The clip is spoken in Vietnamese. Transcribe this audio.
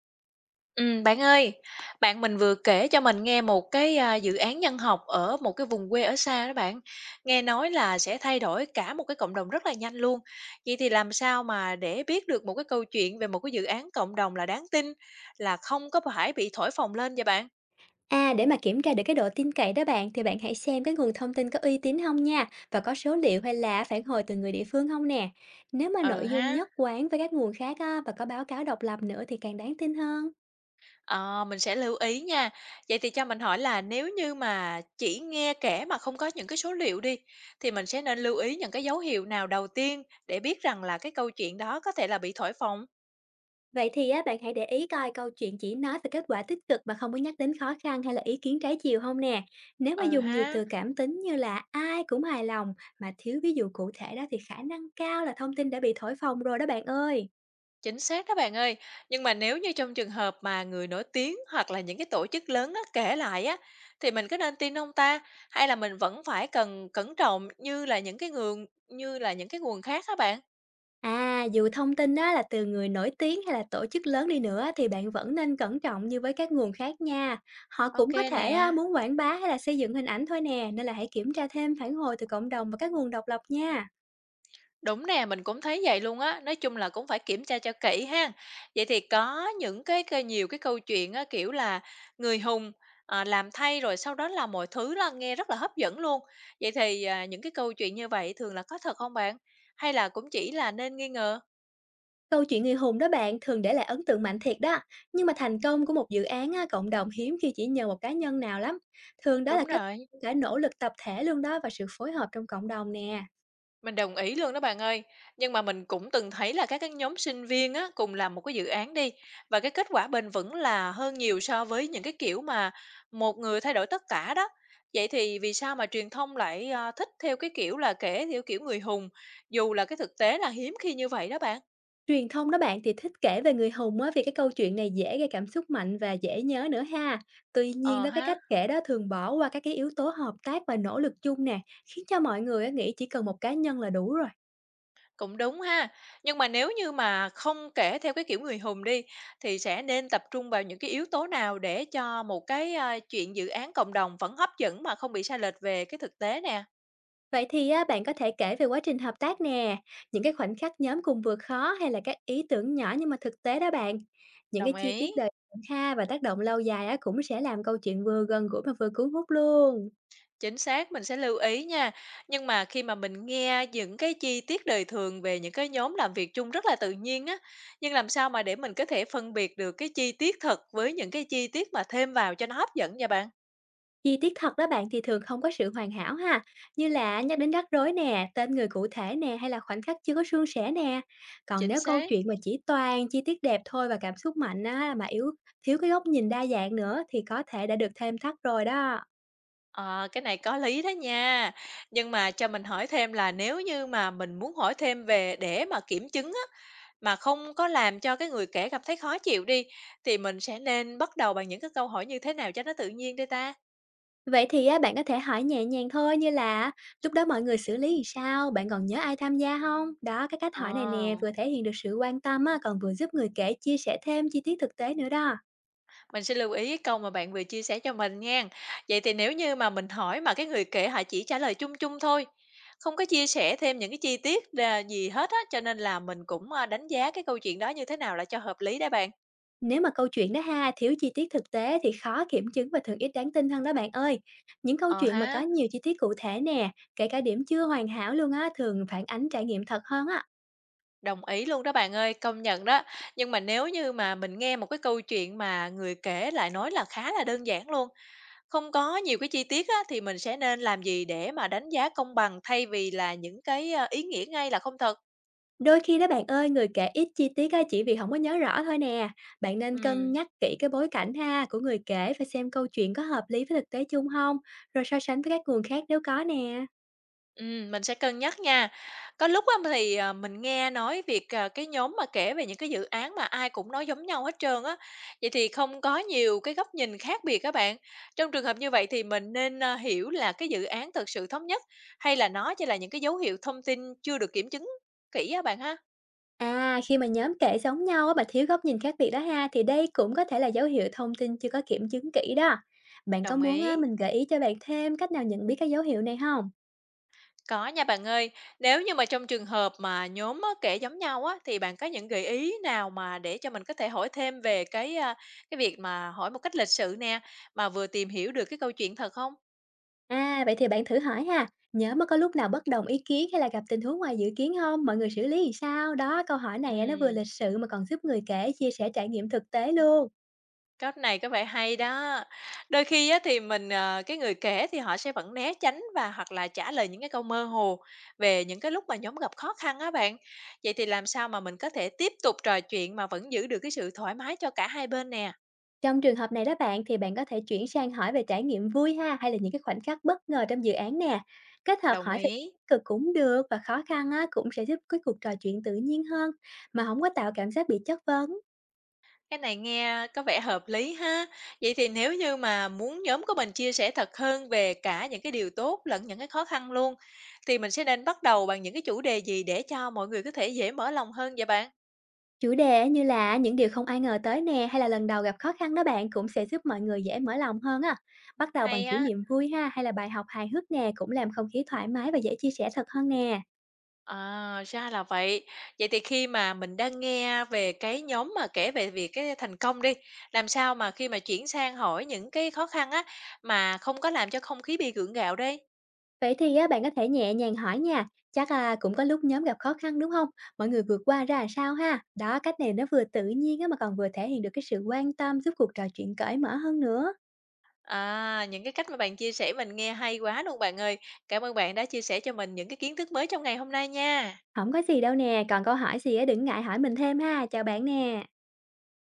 Bạn ơi, bạn mình vừa kể cho mình nghe một dự án nhân học ở một cái vùng quê ở xa đó bạn. Nghe nói là sẽ thay đổi cả một cái cộng đồng rất là nhanh luôn. Vậy thì làm sao mà để biết được một cái câu chuyện về một cái dự án cộng đồng là đáng tin, là không có phải bị thổi phồng lên vậy bạn? À, để mà kiểm tra được cái độ tin cậy đó bạn thì bạn hãy xem cái nguồn thông tin có uy tín không nha, và có số liệu hay là phản hồi từ người địa phương không nè. Nếu mà Ừ nội dung ha, nhất quán với các nguồn khác á, và có báo cáo độc lập nữa thì càng đáng tin hơn. ờ, mình sẽ lưu ý nha. Vậy thì cho mình hỏi là nếu như mà chỉ nghe kể mà không có những cái số liệu đi, thì mình sẽ nên lưu ý những cái dấu hiệu nào đầu tiên để biết rằng là cái câu chuyện đó có thể là bị thổi phồng? Vậy thì á, bạn hãy để ý coi câu chuyện chỉ nói về kết quả tích cực mà không có nhắc đến khó khăn hay là ý kiến trái chiều không nè. Nếu mà Ừ dùng nhiều ha, từ cảm tính như là ai cũng hài lòng mà thiếu ví dụ cụ thể đó, thì khả năng cao là thông tin đã bị thổi phồng rồi đó bạn ơi. chính xác đó bạn ơi. Nhưng mà nếu như trong trường hợp mà người nổi tiếng hoặc là những cái tổ chức lớn á, kể lại á, thì mình có nên tin ông ta hay là mình vẫn phải cần cẩn trọng như là những cái nguồn khác á bạn? À, dù thông tin đó là từ người nổi tiếng hay là tổ chức lớn đi nữa, thì bạn vẫn nên cẩn trọng như với các nguồn khác nha. Họ cũng Ok có nè. thể á, muốn quảng bá hay là xây dựng hình ảnh thôi nè, nên là hãy kiểm tra thêm phản hồi từ cộng đồng và các nguồn độc lập nha. Đúng nè, mình cũng thấy vậy luôn á, nói chung là cũng phải kiểm tra cho kỹ ha. Vậy thì có những cái nhiều cái câu chuyện á, kiểu là, người hùng, làm thay rồi sau đó là mọi thứ là nghe rất là hấp dẫn luôn. Vậy thì, những cái câu chuyện như vậy thường là có thật không bạn? Hay là cũng chỉ là nên nghi ngờ? Câu chuyện người hùng đó bạn thường để lại ấn tượng mạnh thiệt đó, nhưng mà thành công của một dự án á, cộng đồng hiếm khi chỉ nhờ một cá nhân nào lắm. Thường đó là Đúng kết rồi. quả cả nỗ lực tập thể luôn đó, và sự phối hợp trong cộng đồng nè. Mình đồng ý luôn đó bạn ơi. Nhưng mà mình cũng từng thấy là các cái nhóm sinh viên á, cùng làm một cái dự án đi và cái kết quả bền vững là hơn nhiều so với những cái kiểu mà một người thay đổi tất cả đó. Vậy thì vì sao mà truyền thông lại thích theo cái kiểu là kể theo kiểu người hùng dù là cái thực tế là hiếm khi như vậy đó bạn? Truyền thông đó bạn thì thích kể về người hùng á, vì cái câu chuyện này dễ gây cảm xúc mạnh và dễ nhớ nữa ha. Tuy nhiên Ờ đó, cái ha. cách kể đó thường bỏ qua các cái yếu tố hợp tác và nỗ lực chung nè, khiến cho mọi người á, nghĩ chỉ cần một cá nhân là đủ rồi. Cũng đúng ha. Nhưng mà nếu như mà không kể theo cái kiểu người hùng đi, thì sẽ nên tập trung vào những cái yếu tố nào để cho một chuyện dự án cộng đồng vẫn hấp dẫn mà không bị sai lệch về cái thực tế nè? Vậy thì á, bạn có thể kể về quá trình hợp tác nè, những cái khoảnh khắc nhóm cùng vượt khó hay là các ý tưởng nhỏ nhưng mà thực tế đó bạn. Những cái Đồng chi tiết ý, đời ha, và tác động lâu dài á, cũng sẽ làm câu chuyện vừa gần gũi mà vừa cuốn hút luôn. chính xác, mình sẽ lưu ý nha. Nhưng mà khi mà mình nghe những cái chi tiết đời thường về những cái nhóm làm việc chung rất là tự nhiên á, nhưng làm sao mà để mình có thể phân biệt được cái chi tiết thật với những cái chi tiết mà thêm vào cho nó hấp dẫn nha bạn? Chi tiết thật đó bạn thì thường không có sự hoàn hảo ha, như là nhắc đến rắc rối nè, tên người cụ thể nè, hay là khoảnh khắc chưa có suôn sẻ nè. Còn Chính nếu câu xác. chuyện mà chỉ toàn chi tiết đẹp thôi và cảm xúc mạnh á, mà yếu thiếu cái góc nhìn đa dạng nữa, thì có thể đã được thêm thắt rồi đó. Ờ, cái này có lý đó nha. Nhưng mà cho mình hỏi thêm là nếu như mà mình muốn hỏi thêm về để mà kiểm chứng á, mà không có làm cho cái người kể cảm thấy khó chịu đi, thì mình sẽ nên bắt đầu bằng những cái câu hỏi như thế nào cho nó tự nhiên đây ta? Vậy thì á, bạn có thể hỏi nhẹ nhàng thôi, như là lúc đó mọi người xử lý thì sao, bạn còn nhớ ai tham gia không? Đó, cái cách hỏi này Ờ, nè vừa thể hiện được sự quan tâm á, còn vừa giúp người kể chia sẻ thêm chi tiết thực tế nữa đó. Mình sẽ lưu ý cái câu mà bạn vừa chia sẻ cho mình nha. Vậy thì nếu như mà mình hỏi mà cái người kể họ chỉ trả lời chung chung thôi, không có chia sẻ thêm những cái chi tiết là gì hết á, cho nên là mình cũng đánh giá cái câu chuyện đó như thế nào là cho hợp lý đấy bạn. Nếu mà câu chuyện đó ha, thiếu chi tiết thực tế thì khó kiểm chứng và thường ít đáng tin hơn đó bạn ơi. Những câu Ờ chuyện mà có ha. nhiều chi tiết cụ thể nè, kể cả điểm chưa hoàn hảo luôn á, thường phản ánh trải nghiệm thật hơn á. Đồng ý luôn đó bạn ơi, công nhận đó. Nhưng mà nếu như mà mình nghe một cái câu chuyện mà người kể lại nói là khá là đơn giản luôn, không có nhiều cái chi tiết á, thì mình sẽ nên làm gì để mà đánh giá công bằng thay vì là những ý nghĩa ngay là không thật? Đôi khi đó bạn ơi, người kể ít chi tiết á, chỉ vì không có nhớ rõ thôi nè. Bạn nên cân Ừm. nhắc kỹ cái bối cảnh ha của người kể, và xem câu chuyện có hợp lý với thực tế chung không, rồi so sánh với các nguồn khác nếu có nè. Mình sẽ cân nhắc nha. Có lúc á thì, mình nghe nói việc, cái nhóm mà kể về những cái dự án mà ai cũng nói giống nhau hết trơn á, vậy thì không có nhiều cái góc nhìn khác biệt các bạn. Trong trường hợp như vậy thì mình nên, hiểu là cái dự án thực sự thống nhất hay là nó chỉ là những cái dấu hiệu thông tin chưa được kiểm chứng kỹ á bạn ha? À, khi mà nhóm kể giống nhau á, mà thiếu góc nhìn khác biệt đó ha, thì đây cũng có thể là dấu hiệu thông tin chưa có kiểm chứng kỹ đó. Bạn có Đồng muốn á, ý. mình gợi ý cho bạn thêm cách nào nhận biết các dấu hiệu này không? Có nha bạn ơi, nếu như mà trong trường hợp mà nhóm á, kể giống nhau á, thì bạn có những gợi ý nào mà để cho mình có thể hỏi thêm về cái việc mà hỏi một cách lịch sự nè, mà vừa tìm hiểu được cái câu chuyện thật không? À, vậy thì bạn thử hỏi ha, nhóm có lúc nào bất đồng ý kiến hay là gặp tình huống ngoài dự kiến không? Mọi người xử lý thì sao? Đó, câu hỏi này á, nó vừa Ừm, lịch sự mà còn giúp người kể chia sẻ trải nghiệm thực tế luôn. cách này có vẻ hay đó. Đôi khi á, thì mình, cái người kể thì họ sẽ vẫn né tránh và hoặc là trả lời những cái câu mơ hồ về những cái lúc mà nhóm gặp khó khăn á bạn. Vậy thì làm sao mà mình có thể tiếp tục trò chuyện mà vẫn giữ được cái sự thoải mái cho cả hai bên nè? Trong trường hợp này đó bạn, thì bạn có thể chuyển sang hỏi về trải nghiệm vui ha, hay là những cái khoảnh khắc bất ngờ trong dự án nè. Kết hợp Đồng hỏi về ý. tích cực cũng được, và khó khăn á, cũng sẽ giúp cái cuộc trò chuyện tự nhiên hơn mà không có tạo cảm giác bị chất vấn. Cái này nghe có vẻ hợp lý ha. Vậy thì nếu như mà muốn nhóm của mình chia sẻ thật hơn về cả những cái điều tốt lẫn những cái khó khăn luôn, thì mình sẽ nên bắt đầu bằng những cái chủ đề gì để cho mọi người có thể dễ mở lòng hơn vậy bạn? Chủ đề như là những điều không ai ngờ tới nè, hay là lần đầu gặp khó khăn đó bạn, cũng sẽ giúp mọi người dễ mở lòng hơn á. Bắt đầu bằng Hay kỷ á. niệm vui ha, hay là bài học hài hước nè, cũng làm không khí thoải mái và dễ chia sẻ thật hơn nè. À, ra là vậy. Vậy thì khi mà mình đang nghe về cái nhóm mà kể về việc cái thành công đi, làm sao mà khi mà chuyển sang hỏi những cái khó khăn á, mà không có làm cho không khí bị gượng gạo đây? Vậy thì á, bạn có thể nhẹ nhàng hỏi nha, chắc là cũng có lúc nhóm gặp khó khăn đúng không? Mọi người vượt qua ra làm sao ha? Đó, cách này nó vừa tự nhiên á, mà còn vừa thể hiện được cái sự quan tâm, giúp cuộc trò chuyện cởi mở hơn nữa. À, những cái cách mà bạn chia sẻ mình nghe hay quá luôn bạn ơi. Cảm ơn bạn đã chia sẻ cho mình những cái kiến thức mới trong ngày hôm nay nha. Không có gì đâu nè, còn câu hỏi gì á, đừng ngại hỏi mình thêm ha, chào bạn nè.